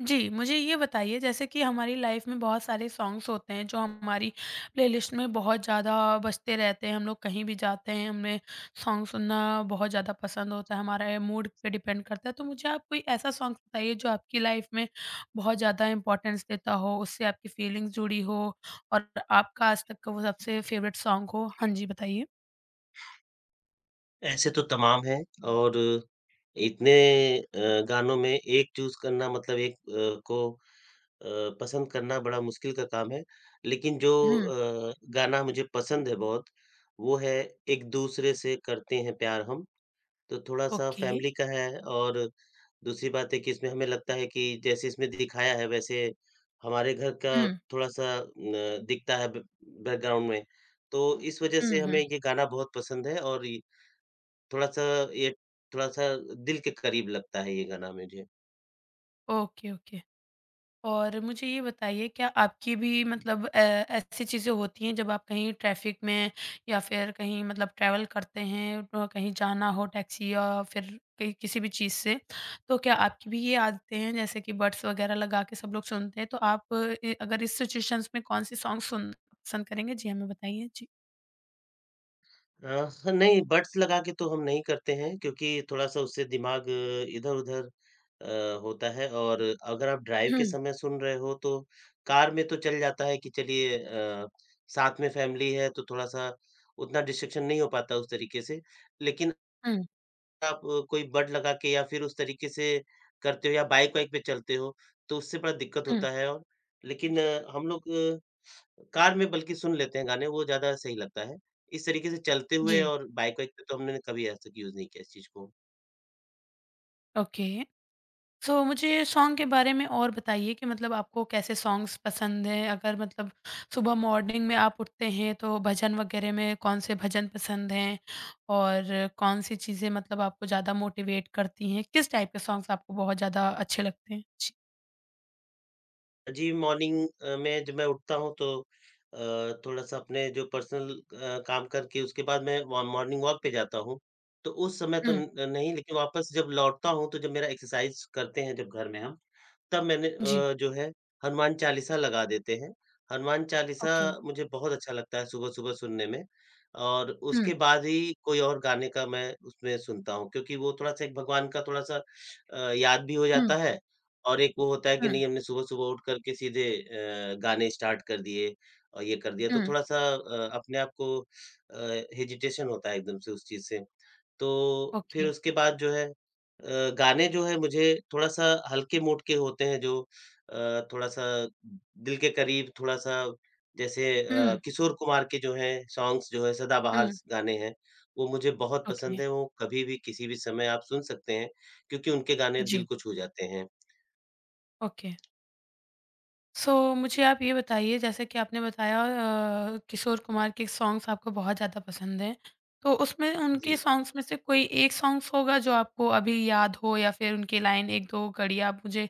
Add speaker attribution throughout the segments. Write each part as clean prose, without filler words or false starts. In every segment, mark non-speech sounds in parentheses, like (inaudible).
Speaker 1: जी, मुझे ये बताइए जैसे कि हमारी लाइफ़ में बहुत सारे सॉन्ग्स होते हैं जो हमारी प्लेलिस्ट में बहुत ज़्यादा बजते रहते हैं, हम लोग कहीं भी जाते हैं, हमें सॉन्ग सुनना बहुत ज़्यादा पसंद होता है, हमारे मूड पे डिपेंड करता है। तो मुझे आप कोई ऐसा सॉन्ग बताइए जो आपकी लाइफ़ में बहुत ज़्यादा इम्पोर्टेंस देता हो, उससे आपकी फीलिंग्स जुड़ी हो और आपका आज तक का वो सबसे फ़ेवरेट सॉन्ग हो? हाँ जी, बताइए।
Speaker 2: ऐसे तो तमाम हैं और इतने गानों में एक चूज़ करना मतलब एक को अ, पसंद करना बड़ा मुश्किल का काम है। लेकिन जो
Speaker 1: हुँ,
Speaker 2: गाना मुझे पसंद है बहुत, वो है एक दूसरे से करते हैं प्यार हम, तो थोड़ा-सा
Speaker 1: ओके।
Speaker 2: फैमिली का है और दूसरी बात है कि इसमें हमें लगता है कि जैसे इसमें दिखाया है वैसे हमारे घर का
Speaker 1: हुँ,
Speaker 2: थोड़ा-सा न दिखता है ब बैकग्राउंड में। तो इस वज़ह
Speaker 1: हुँ,
Speaker 2: से हमें
Speaker 1: हुँ।
Speaker 2: ये गाना बहुत पसंद है और इ थोड़ा-सा ये थोड़ा-सा दिल के करीब लगता है ये गाना मुझे।
Speaker 1: Okay, okay. और मुझे ये बताइए क्या आपकी भी मतलब ऐसी चीज़ें होती हैं जब आप कहीं ट्रैफ़िक में या फिर कहीं मतलब ट्रैवल करते हैं कहीं जाना हो टैक्सी या फिर कहीं किसी भी चीज़ से, तो क्या आपकी भी ये आदतें हैं जैसे कि बड्स वग़ैरह लगा के सब लोग सुनते हैं तो आप अगर इस सिचुएशंस में कौन-से सॉन्ग सुनना पसंद करेंगे? जी, हमें बताइए। जी।
Speaker 2: अ, नहीं बड्स लगा के तो हम नहीं करते हैं क्योंकि थोड़ा-सा उससे दिमाग इधर-उधर अ, होता है और अगर आप ड्राइव के
Speaker 1: हुँ,
Speaker 2: समय सुन रहे हो तो कार में तो चल जाता है कि चलिए साथ में फैमिली है तो थोड़ा-सा उतना डिस्ट्रैक्शन नहीं हो पाता उस तरीके से। लेकिन
Speaker 1: हुँ,
Speaker 2: आप कोई बड लगा के या फिर उस तरीके से करते हो या बाइक वाइक पे चलते हो तो उससे बड़ा दिक्कत
Speaker 1: हुँ।
Speaker 2: होता है और लेकिन हम लोग कार में बल्कि सुन लेते हैं गाने, वो ज़्यादा सही लगता है। इस तरीके से चलते हुए
Speaker 1: जी,
Speaker 2: और बाइक वाइक पे तो हमने कभी आज तक यूज़ नहीं किया इस चीज़ को।
Speaker 1: ओके। सो, मुझे सॉन्ग के बारे में और बताइए कि मतलब आपको कैसे सॉन्ग्स पसंद हैं अगर मतलब सुबह मॉर्निंग में आप उठते हैं तो भजन वगैरह में कौन से भजन पसंद हैं और कौन सी चीज़ें मतलब आपको ज़्यादा मोटिवेट करती हैं किस टाइप के सॉन्ग्स आपको बहुत ज़्यादा अच्छे लगते हैं जी
Speaker 2: जी, मॉर्निंग में जब मैं उठता हूँ तो थोड़ा-सा अपने जो पर्सनल काम करके उसके बाद मैं व मॉर्निंग वॉक पे जाता हूँ। तो उस समय तो
Speaker 1: हुँ,
Speaker 2: न नहीं लेकिन वापस जब लौटता हूँ तो जब मेरा एक्सरसाइज़ करते हैं जब घर में हम, तब मैंने
Speaker 1: जी
Speaker 2: जो है हनुमान चालीसा लगा देते हैं। हनुमान चालीसा
Speaker 1: ओके
Speaker 2: मुझे बहुत अच्छा लगता है सुबह-सुबह सुनने में और
Speaker 1: हुँ,
Speaker 2: उसके बाद ही कोई और गाने का मैं उसमें सुनता हूँ क्योंकि वो थोड़ा-सा एक भगवान का थोड़ा-सा याद भी हो जाता
Speaker 1: हुँ,
Speaker 2: है और एक वो होता है कि
Speaker 1: हुँ,
Speaker 2: नहीं हमने सुबह-सुबह उठ कर के सीधे गाने स्टार्ट कर दिए और ये कर दिया तो
Speaker 1: हुँ,
Speaker 2: थोड़ा-सा अपने आप को हेजिटेशन होता है एकदम से उस चीज़ से। तो फिर
Speaker 1: ओके
Speaker 2: उसके बाद जो है गाने जो है मुझे थोड़ा-सा हल्के मूड के होते हैं जो थोड़ा-सा दिल के करीब थोड़ा-सा जैसे
Speaker 1: हुँ,
Speaker 2: किशोर कुमार के जो हैं सॉन्ग्स जो है सदाबहार
Speaker 1: हुँ,
Speaker 2: स गाने हैं, वो मुझे बहुत पसंद
Speaker 1: ओके
Speaker 2: है, वो कभी भी किसी भी समय आप सुन सकते हैं, क्योंकि उनके गाने दिल
Speaker 1: जी
Speaker 2: को छू जाते हैं।
Speaker 1: ओके सो, मुझे आप ये बताइए जैसे कि आपने बताया किशोर कुमार के सॉन्ग्स आपको बहुत ज़्यादा पसंद हैं। तो उसमें
Speaker 2: जी।
Speaker 1: उनके सॉन्ग्स में से कोई एक सॉन्ग्स होगा जो आपको अभी याद हो या फिर उनकी लाइन 1-2 कड़ी आप मुझे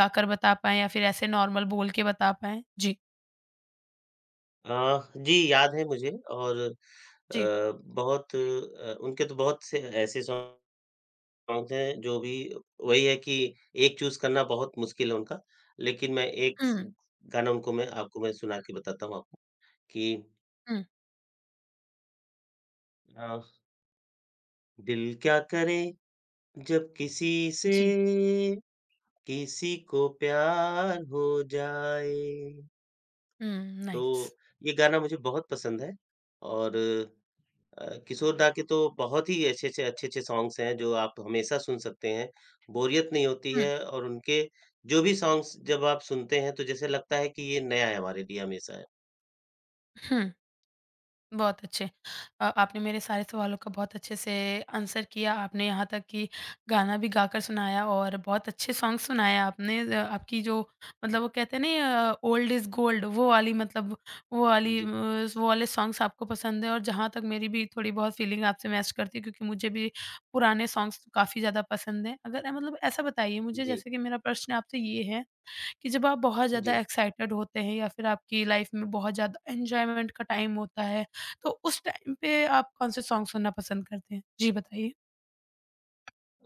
Speaker 1: गाकर बता पाएँ या फिर ऐसे नॉर्मल बोल के बता पाएँ? जी।
Speaker 2: अ, जी याद है मुझे और अ,
Speaker 1: जी।
Speaker 2: बहुत उनके तो बहुत से ऐसे सॉन्ग शौक है जो भी वही है कि एक चूज़ करना बहुत मुश्किल है उनका, लेकिन मैं एक स
Speaker 1: हुँ,
Speaker 2: गाना उनको मैं आपको मैं सुना के बताता हूँ आपको कि
Speaker 1: हुँ।
Speaker 2: अ, दिल क्या करे जब किसी से
Speaker 1: जी।
Speaker 2: किसी को प्यार हो जाए।
Speaker 1: हुँ,
Speaker 2: तो
Speaker 1: नाइस।
Speaker 2: ये गाना मुझे बहुत पसंद है और किशोर दा के तो बहुत ही अच्छे-अच्छे सॉन्ग्स हैं जो आप हमेशा सुन सकते हैं, बोरियत नहीं होती
Speaker 1: हुँ,
Speaker 2: है और उनके जो भी सॉन्ग्स जब आप सुनते हैं तो जैसे लगता है कि ये नया है हमारे लिए हमेशा। है।
Speaker 1: हुँ। बहुत अच्छे। आपने मेरे सारे सवालों का बहुत अच्छे से आंसर किया। आपने यहाँ तक कि गाना भी गाकर सुनाया और बहुत अच्छे सॉन्ग सुनाए आपने। आपकी जो मतलब वो कहते हैं ना ओल्ड इज़ गोल्ड वो वाली मतलब वो वाली अ,
Speaker 2: जी,
Speaker 1: वो वाले सॉन्ग्स आपको पसंद है और जहाँ तक मेरी भी थोड़ी बहुत फीलिंग आपसे मैच करती है क्योंकि मुझे भी पुराने सॉन्ग्स काफ़ी ज़्यादा पसंद हैं। अगर अ, मतलब ऐसा बताइए मुझे
Speaker 2: जी,
Speaker 1: जैसे कि मेरा प्रश्न आपसे ये है कि जब आप बहुत ज़्यादा
Speaker 2: जी।
Speaker 1: एक्साइटेड होते हैं या फिर आपकी लाइफ में बहुत ज़्यादा एन्जॉयमेंट का टाइम होता है, तो उस टाइम पे आप कौन-से सॉन्ग सुनना पसंद करते हैं? जी बताइए।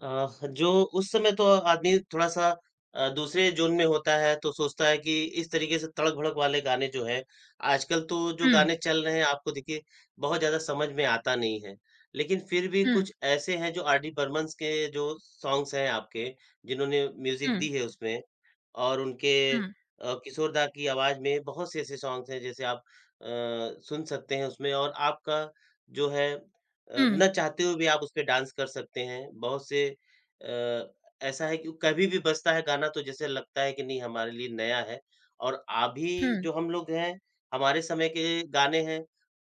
Speaker 2: जो उस समय तो आदमी थोड़ा-सा दूसरे ज़ोन में होता है, तो सोचता है कि इस तरीके से तड़क-भड़क वाले गाने जो हैं, आजकल तो जो
Speaker 1: हुँ,
Speaker 2: गाने चल रहे हैं आपको देखिए बहुत ज़्यादा समझ में आता नहीं है। लेकिन फिर भी
Speaker 1: हुँ,
Speaker 2: कुछ ऐसे हैं जो RD बर्मन्स के जो सॉन्ग्स हैं आपके, जिन्होंने म्यूज़िक
Speaker 1: हुँ,
Speaker 2: दी है उसमें, और उनके
Speaker 1: हुँ,
Speaker 2: किशोर दा की आवाज़ में बहुत से ऐसे सॉन्ग्स हैं जैसे आप अ, सुन सकते हैं उसमें और आपका जो है
Speaker 1: हुँ,
Speaker 2: ना चाहते हुए भी आप उसपे डांस कर सकते हैं। बहुत से ऐसा है कि कभी भी बजता है गाना तो जैसे लगता है कि नहीं हमारे लिए नया है और अभी
Speaker 1: हुँ,
Speaker 2: जो हम लोग हैं, हमारे समय के गाने हैं,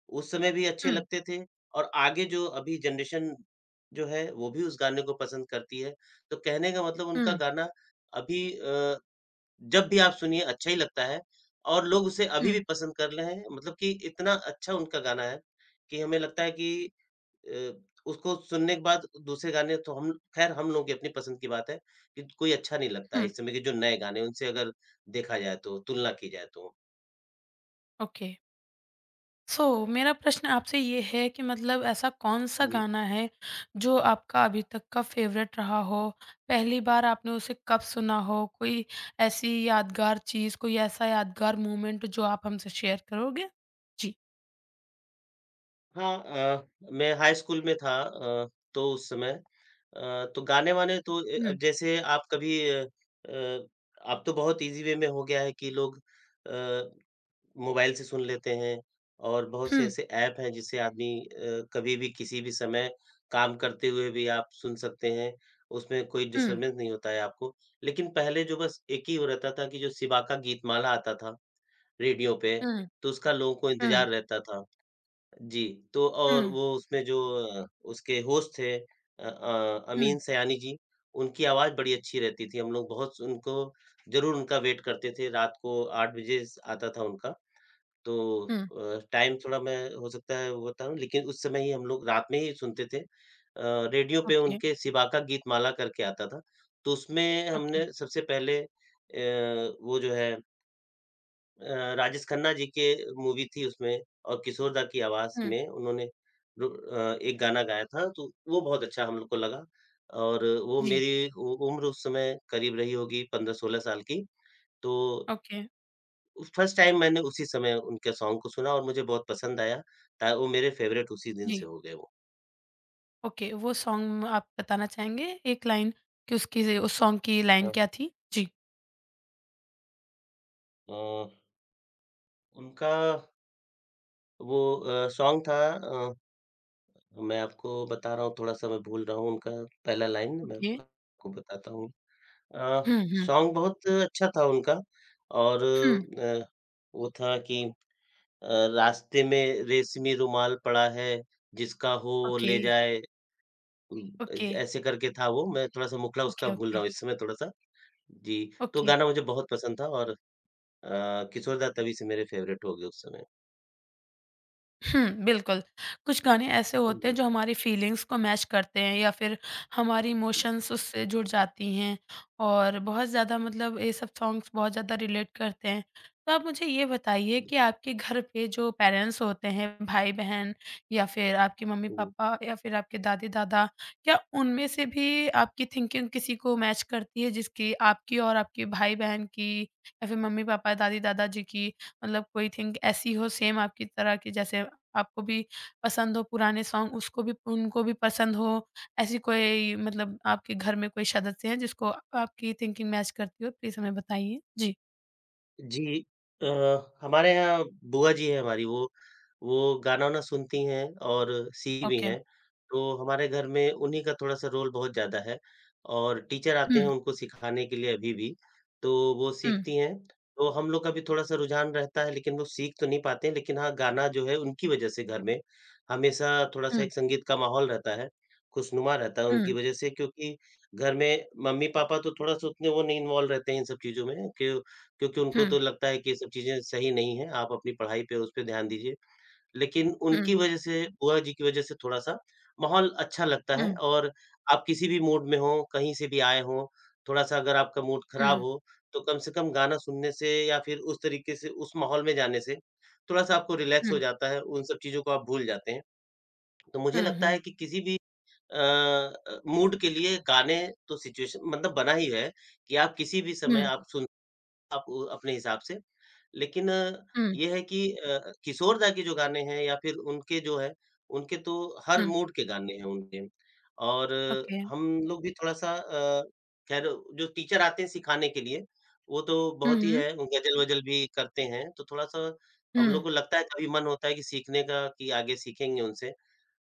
Speaker 2: उस समय भी अच्छे
Speaker 1: हुँ,
Speaker 2: लगते थे और आगे जो अभी जनरेशन जो है, वो भी उस गाने को पसंद करती है। तो कहने का मतलब उनका
Speaker 1: हुँ,
Speaker 2: गाना अभी जब भी आप सुनिए अच्छा ही लगता है और लोग उसे अभी
Speaker 1: हुँ,
Speaker 2: भी पसंद कर रहे हैं मतलब कि इतना अच्छा उनका गाना है, कि हमें लगता है कि अ, उसको सुनने के बाद दूसरे गाने तो हम ख़ैर हम लोगों की अपनी पसंद की बात है, कि कोई अच्छा नहीं लगता है
Speaker 1: हुँ।
Speaker 2: इस समय के जो नए गाने हैं उनसे अगर देखा जाए तो, तुलना की जाए तो।
Speaker 1: ओके। सो मेरा प्रश्न आपसे ये है कि मतलब ऐसा कौन-सा
Speaker 2: जी।
Speaker 1: गाना है, जो आपका अभी तक का फ़ेवरेट रहा हो? पहली बार आपने उसे कब सुना हो? कोई ऐसी यादगार चीज़, कोई ऐसा यादगार मोमेंट जो आप हमसे शेयर करोगे? जी।
Speaker 2: हाँ मैं हाई स्कूल में था तो उस समय तो गाने-वाने तो जैसे आप कभी अ, अब तो बहुत ईज़ी वे में हो गया है कि लोग अ मोबाइल से सुन लेते हैं और बहुत से
Speaker 1: हुँ,
Speaker 2: ऐसे ऐप हैं जिससे आदमी कभी भी किसी भी समय काम करते हुए भी आप सुन सकते हैं। उसमें कोई
Speaker 1: हुँ,
Speaker 2: डिस्टर्बेंस नहीं होता है आपको। लेकिन पहले जो बस एक ही वो रहता था कि जो सिबा का गीतमाला आता था रेडियो पे,
Speaker 1: हुँ,
Speaker 2: तो उसका लोगों को
Speaker 1: हुँ,
Speaker 2: इंतज़ार रहता था। जी, तो
Speaker 1: हुँ,
Speaker 2: और वो उसमें जो उसके होस्ट थे
Speaker 1: हुँ,
Speaker 2: अमीन सयानी जी, उनकी आवाज़ बड़ी अच्छी रहती थी। हम लोग बहुत उनको ज़रूर उनका वेट करते थे। रात को 8 बजे स आता था उनका। तो
Speaker 1: हुँ,
Speaker 2: टाइम थोड़ा मैं हो सकता है वो बताऊँ लेकिन उस समय ही हम लोग रात में ही सुनते थे। रेडियो पे
Speaker 1: ओके,
Speaker 2: उनके शिवा का गीतमाला करके आता था। तो उसमें
Speaker 1: ओके,
Speaker 2: हमने सबसे पहले वो जो है राजेश खन्ना जी के मूवी थी उसमें और किशोर दा की आवाज़
Speaker 1: हुँ,
Speaker 2: में उन्होंने एक गाना गाया था तो वो बहुत अच्छा हम लोग को लगा और वो
Speaker 1: जी,
Speaker 2: मेरी उ उम्र उस समय करीब रही होगी 15-16 साल की। तो
Speaker 1: ओके,
Speaker 2: फर्स्ट टाइम मैंने उसी समय उनके सॉन्ग को सुना और मुझे बहुत पसंद आया। ता वो मेरे फ़ेवरेट उसी दिन से
Speaker 1: जी,
Speaker 2: हो गए वो।
Speaker 1: ओके, वो सॉन्ग आप बताना चाहेंगे एक लाइन कि उसकी ज़ उस सॉन्ग की लाइन
Speaker 2: हाँ।
Speaker 1: क्या थी? जी,
Speaker 2: अ, उनका वो सॉन्ग था मैं आपको बता रहा हूँ, थोड़ा-सा मैं भूल रहा हूँ उनका पहला लाइन, मैं
Speaker 1: ओके,
Speaker 2: आपको बताता हूँ। अ,
Speaker 1: हुँ, हुँ,
Speaker 2: सॉन्ग बहुत अच्छा था उनका और
Speaker 1: हुँ,
Speaker 2: वो था कि अ, रास्ते में रेशमी रुमाल पड़ा है, जिसका हो
Speaker 1: ओके,
Speaker 2: ले जाए उम,
Speaker 1: ओके,
Speaker 2: ऐसे करके था वो, मैं थोड़ा-सा मुखला उसका
Speaker 1: ओके,
Speaker 2: भूल रहा
Speaker 1: ओके,
Speaker 2: हूँ इस समय थोड़ा-सा। जी, तो
Speaker 1: ओके।
Speaker 2: गाना मुझे बहुत पसंद था और किशोर दा तभी से मेरे फ़ेवरेट हो गए उस समय।
Speaker 1: हुँ, बिल्कुल। कुछ गाने ऐसे
Speaker 2: हुँ,
Speaker 1: होते
Speaker 2: हुँ।
Speaker 1: हैं जो हमारी फीलिंग्स को मैच करते हैं या फिर हमारी
Speaker 2: हुँ,
Speaker 1: इमोशंस उससे जुड़ जाती हैं और बहुत ज़्यादा मतलब ये सब सॉन्ग्स बहुत ज़्यादा रिलेट करते हैं। तो आप मुझे ये बताइए कि आपके घर पे जो पेरेंट्स होते हैं, भाई-बहन या फिर आपके
Speaker 2: हुँ।
Speaker 1: मम्मी-पापा या फिर आपके दादी-दादा, क्या उनमें से भी आपकी थिंकिंग किसी को मैच करती है जिसकी आपकी और आपके भाई-बहन की या फिर मम्मी-पापा, दादी-दादा जी की मतलब कोई थिंक ऐसी हो सेम आपकी तरह की जैसे आपको भी पसंद हो पुराने सॉन्ग उसको भी उनको भी पसंद हो। ऐसी कोई मतलब आपके घर में कोई सदस्य हैं जिसको आपकी थिंकिंग मैच करती हो? प्लीज़ हमें बताइए। जी,
Speaker 2: जी। अ, हमारे यहाँ बुआ जी हैं हमारी वो गाना-वाना सुनती हैं और सीखी भी
Speaker 1: ओके।
Speaker 2: हैं। तो हमारे घर में उन्हीं का थोड़ा-सा रोल बहुत ज़्यादा है और टीचर आते
Speaker 1: हुँ,
Speaker 2: हैं उनको सिखाने के लिए अभी भी, तो वो
Speaker 1: हुँ,
Speaker 2: सीखती हैं। तो हम लोग का भी थोड़ा-सा रुझान रहता है लेकिन वो सीख तो नहीं पाते हैं लेकिन हाँ, गाना जो है उनकी वजह से घर में हमेशा थोड़ा-सा
Speaker 1: हुँ,
Speaker 2: एक संगीत का माहौल रहता है, खुशनुमा रहता है उनकी
Speaker 1: हुँ,
Speaker 2: वजह से क्योंकि घर में मम्मी-पापा तो थोड़ा-सा उतने वो नहीं इन्वॉल्व रहते हैं इन सब चीज़ों में कि क्योंकि
Speaker 1: हुँ,
Speaker 2: उनको तो लगता है कि ये सब चीज़ें सही नहीं है, आप अपनी पढ़ाई पे उस पे ध्यान दीजिए। लेकिन
Speaker 1: हुँ,
Speaker 2: उनकी वजह से, बुआ जी की वजह से थोड़ा-सा माहौल अच्छा लगता
Speaker 1: हुँ,
Speaker 2: है
Speaker 1: हुँ,
Speaker 2: और आप किसी भी मूड में हों, कहीं से भी आए हों, थोड़ा-सा अगर आपका मूड खराब
Speaker 1: हुँ,
Speaker 2: हो, तो कम से कम गाना सुनने से या फिर उस तरीके से उस माहौल में जाने से, थोड़ा-सा आपको रिलैक्स हो
Speaker 1: हुँ,
Speaker 2: जाता है, उन सब चीज़ों को आप भूल जाते हैं। तो मुझे लगता
Speaker 1: हुँ,
Speaker 2: है कि किसी भी मूड के लिए गाने तो सिचुएशन मतलब बना ही है कि आप किसी भी समय
Speaker 1: हुँ,
Speaker 2: आप उ अपने हिसाब से। लेकिन
Speaker 1: हुँ,
Speaker 2: ये है कि किशोरदा के जो गाने हैं या फिर उनके जो है, उनके तो हर
Speaker 1: हुँ,
Speaker 2: मूड के गाने हैं उनके। और
Speaker 1: ओके।
Speaker 2: हम लोग भी थोड़ा-सा खैर जो टीचर आते हैं सिखाने के लिए, वो तो
Speaker 1: हुँ,
Speaker 2: बहुत ही
Speaker 1: हुँ,
Speaker 2: है गज़ल-वज़ल भी करते हैं, तो थोड़ा-सा हम लोग
Speaker 1: हुँ,
Speaker 2: को लगता है कभी मन होता है कि सीखने का कि आगे सीखेंगे उनसे।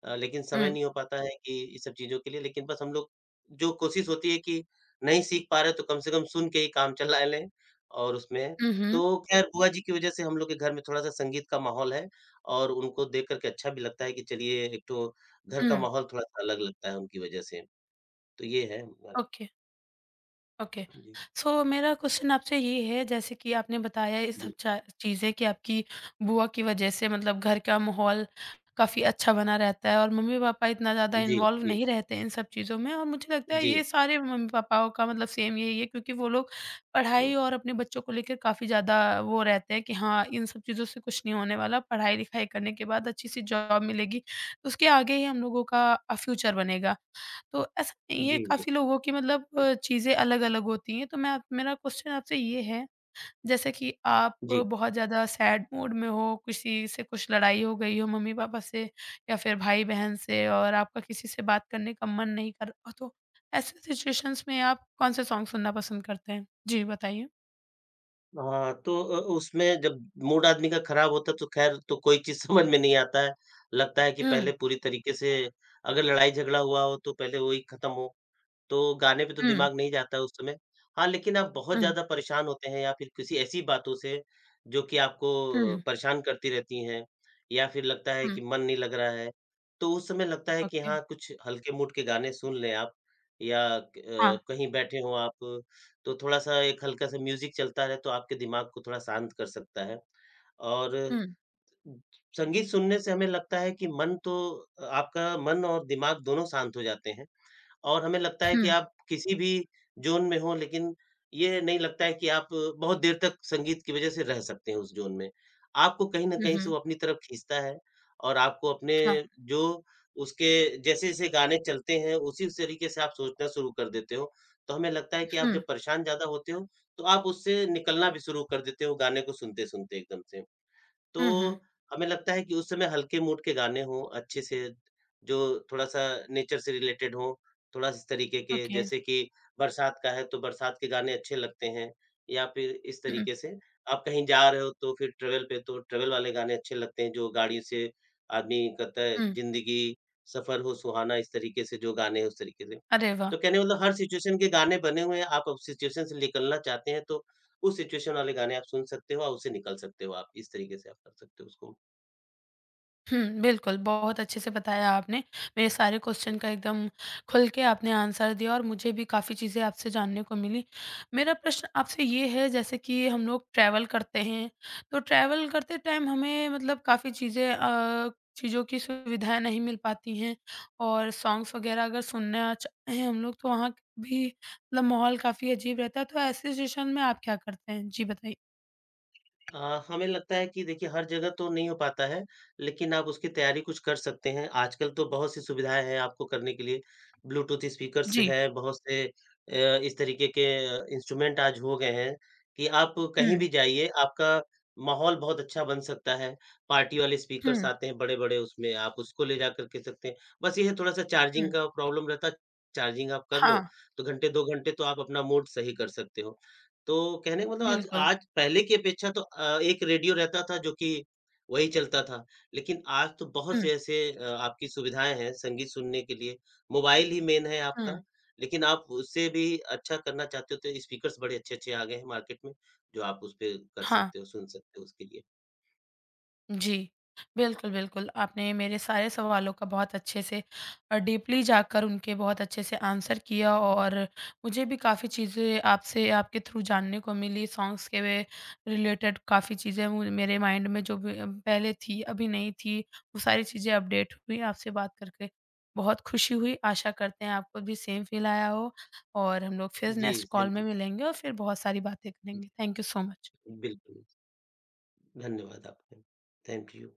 Speaker 2: लेकिन समय
Speaker 1: हुँ,
Speaker 2: नहीं हो पाता है कि इस सब चीज़ों के लिए, लेकिन बस हम लोग जो कोशिश होती है कि नहीं सीख पा रहे तो कम से कम सुन के ही काम चला (laughs) लें और उसमें
Speaker 1: हुँ, हुँ,
Speaker 2: तो खैर बुआ जी की वज़ह से हम लोग के घर में थोड़ा-सा संगीत का माहौल है और उनको देख कर के अच्छा भी लगता है कि चलिए एक तो घर का
Speaker 1: हुँ,
Speaker 2: माहौल थोड़ा-सा अलग लगता है उनकी वज़ह से। तो ये है हमारे
Speaker 1: ओके। ओके
Speaker 2: जी,
Speaker 1: सो मेरा क्वेश्चन आपसे ये है जैसे कि आपने बताया ये सब
Speaker 2: जी।
Speaker 1: चीज़ें कि आपकी बुआ की वजह से मतलब घर का माहौल काफ़ी अच्छा बना रहता है और मम्मी पापा इतना ज़्यादा
Speaker 2: जी,
Speaker 1: इन्वॉल्व
Speaker 2: जी,
Speaker 1: नहीं रहते इन सब चीज़ों में और मुझे लगता है
Speaker 2: जी,
Speaker 1: ये सारे मम्मी पापाओं का मतलब सेम यही है क्योंकि वो लोग पढ़ाई और अपने बच्चों को लेकर काफ़ी ज़्यादा वो रहते हैं कि हाँ इन सब चीज़ों से कुछ नहीं होने वाला पढ़ाई लिखाई करने के बाद अच्छी सी जॉब मिलेगी तो उसके आगे ही हम लोगों का फ्यूचर बनेगा तो ऐसा
Speaker 2: जी,
Speaker 1: नहीं है
Speaker 2: जी, जी।
Speaker 1: काफ़ी लोगों की मतलब चीज़ें अलग-अलग होती हैं, तो मैं आप मेरा क्वेश्चन आपसे ये है, जैसे कि आप
Speaker 2: जी।
Speaker 1: बहुत ज़्यादा सैड मूड में हो, किसी से कुछ लड़ाई हो गई हो मम्मी-पापा से या फिर भाई-बहन से और आपका किसी से बात करने का मन नहीं कर रहा, तो ऐसे सिचुएशंस में आप कौन से सॉन्ग सुनना पसंद करते हैं? जी, बताइए।
Speaker 2: हाँ, तो उसमें जब मूड आदमी का खराब होता है तो ख़ैर तो कोई चीज़ (laughs) समझ में नहीं आता है। लगता है कि
Speaker 1: हुँ,
Speaker 2: पहले पूरी तरीके से अगर लड़ाई-झगड़ा हुआ हो तो पहले वही ख़त्म हो। तो गाने पे तो
Speaker 1: हुँ,
Speaker 2: दिमाग नहीं जाता है उस समय। हाँ, लेकिन आप बहुत
Speaker 1: हुँ,
Speaker 2: ज़्यादा परेशान होते हैं या फिर किसी ऐसी बातों से जो कि आपको
Speaker 1: हुँ,
Speaker 2: परेशान करती रहती हैं या फिर लगता है कि
Speaker 1: हुँ,
Speaker 2: मन नहीं लग रहा है, तो उस समय लगता है कि
Speaker 1: ओके,
Speaker 2: हाँ, कुछ हल्के मूड के गाने सुन लें आप या
Speaker 1: हाँ,
Speaker 2: कहीं बैठे हों आप, तो थोड़ा-सा एक हल्का-सा म्यूज़िक चलता रहे तो आपके दिमाग को थोड़ा शांत कर सकता है। और
Speaker 1: हुँ,
Speaker 2: संगीत सुनने से हमें लगता है कि मन तो आपका मन और दिमाग दोनों शांत हो जाते हैं। और हमें लगता है कि
Speaker 1: हुँ,
Speaker 2: आप किसी भी ज़ोन में हो लेकिन ये नहीं लगता है कि आप बहुत देर तक संगीत की वज़ह से रह सकते हैं उस ज़ोन में। आपको कहीं न
Speaker 1: हुँ,
Speaker 2: कहीं से
Speaker 1: हुँ,
Speaker 2: वो अपनी तरफ खींचता है और आपको अपने
Speaker 1: हाँ,
Speaker 2: जो उसके जैसे-जैसे गाने चलते हैं उसी उस तरीके से आप सोचना शुरू कर देते हो। तो हमें लगता है कि आप
Speaker 1: हुँ,
Speaker 2: जब परेशान ज़्यादा होते हो तो आप उससे निकलना भी शुरू कर देते हो गाने को सुनते-सुनते एकदम से। तो
Speaker 1: हुँ, हुँ,
Speaker 2: हमें लगता है कि उस समय हल्के मूड के गाने हों, अच्छे से जो थोड़ा-सा नेचर से रिलेटेड हों, थोड़ा इस तरीके के
Speaker 1: ओके,
Speaker 2: जैसे कि बरसात का है तो बरसात के गाने अच्छे लगते हैं या फिर इस
Speaker 1: हुँ,
Speaker 2: तरीके से आप कहीं जा रहे हो तो फिर ट्रैवल पे तो ट्रैवल वाले गाने अच्छे लगते हैं जो गाड़ी से आदमी कहता है
Speaker 1: हुँ,
Speaker 2: ज़िंदगी सफ़र हो सुहाना इस तरीके से जो गाने हैं उस तरीके से।
Speaker 1: अरे वाह!
Speaker 2: तो कहने का मतलब हर सिचुएशन के गाने बने हुए हैं, आप अब सिचुएशन से निकलना चाहते हैं तो उस सिचुएशन वाले गाने आप सुन सकते हो और उससे निकल सकते हो आप। इस तरीके से आप कर सकते हो उसको।
Speaker 1: हुँ, बिल्कुल, बहुत अच्छे से बताया आपने। मेरे सारे क्वेश्चन का एकदम खुल के आपने आंसर दिया और मुझे भी काफ़ी चीज़ें आपसे जानने को मिली। मेरा प्रश्न आपसे ये है जैसे कि हम लोग ट्रैवल करते हैं, तो ट्रैवल करते टाइम हमें मतलब काफ़ी चीज़ों की सुविधाएँ नहीं मिल पाती हैं और सॉन्ग्स वगैरह अगर सुनना चाहें हम लोग तो वहाँ भी मतलब माहौल काफ़ी अजीब रहता है, तो ऐसी सिचुएशन में आप क्या करते हैं? जी बताइए।
Speaker 2: अ, हमें लगता है कि देखिए हर जगह तो नहीं हो पाता है, लेकिन आप उसकी तैयारी कुछ कर सकते हैं। आजकल तो बहुत सी सुविधाएँ हैं आपको करने के लिए, ब्लूटूथ स्पीकर्स
Speaker 1: जी।
Speaker 2: हैं, बहुत से इस तरीके के इंस्ट्रूमेंट आज हो गए हैं कि आप
Speaker 1: हुँ,
Speaker 2: कहीं भी जाइए, आपका माहौल बहुत अच्छा बन सकता है। पार्टी वाले स्पीकर्स
Speaker 1: हुँ,
Speaker 2: आते हैं बड़े-बड़े, उसमें आप उसको ले जाकर के सकते हैं। बस ये है थोड़ा-सा
Speaker 1: हुँ।
Speaker 2: चार्जिंग का प्रॉब्लम रहता है, चार्जिंग आप कर
Speaker 1: हाँ,
Speaker 2: लो, तो घंटे 2 घंटे तो आप अपना मूड सही कर सकते हो। तो कहने का मतलब आज
Speaker 1: बिल्कुल।
Speaker 2: आज पहले की अपेक्षा तो एक रेडियो रहता था जो कि वही चलता था। लेकिन आज तो बहुत
Speaker 1: हुँ,
Speaker 2: से ऐसे आपकी सुविधाएँ हैं संगीत सुनने के लिए। मोबाइल ही मेन है
Speaker 1: हुँ।
Speaker 2: आपका, लेकिन आप उससे भी अच्छा करना चाहते हो तो स्पीकर्स बड़े अच्छे-अच्छे आ गए हैं मार्केट में, जो आप उसपे कर
Speaker 1: हाँ,
Speaker 2: सकते हो, सुन सकते हो उसके लिए।
Speaker 1: जी। बिल्कुल, बिल्कुल, आपने मेरे सारे सवालों का बहुत अच्छे से डीपली जाकर उनके बहुत अच्छे से आंसर किया और मुझे भी काफ़ी चीज़ें आपसे आपके थ्रू जानने को मिली, सॉन्ग्स के वे रिलेटेड काफ़ी चीज़ें मु मेरे माइंड में जो भी पहले थी, अभी नहीं थी, वो सारी चीज़ें अपडेट हुई। आपसे बात करके बहुत खुशी हुई, आशा करते हैं आपको भी सेम फ़ील आया हो और हम लोग फिर
Speaker 2: जी,
Speaker 1: नेक्स्ट कॉल
Speaker 2: सेम टू
Speaker 1: में
Speaker 2: यू।
Speaker 1: मिलेंगे और फिर बहुत सारी बातें करेंगे। Thank you so much.
Speaker 2: बिल्कुल, धन्यवाद आपका। Thank you.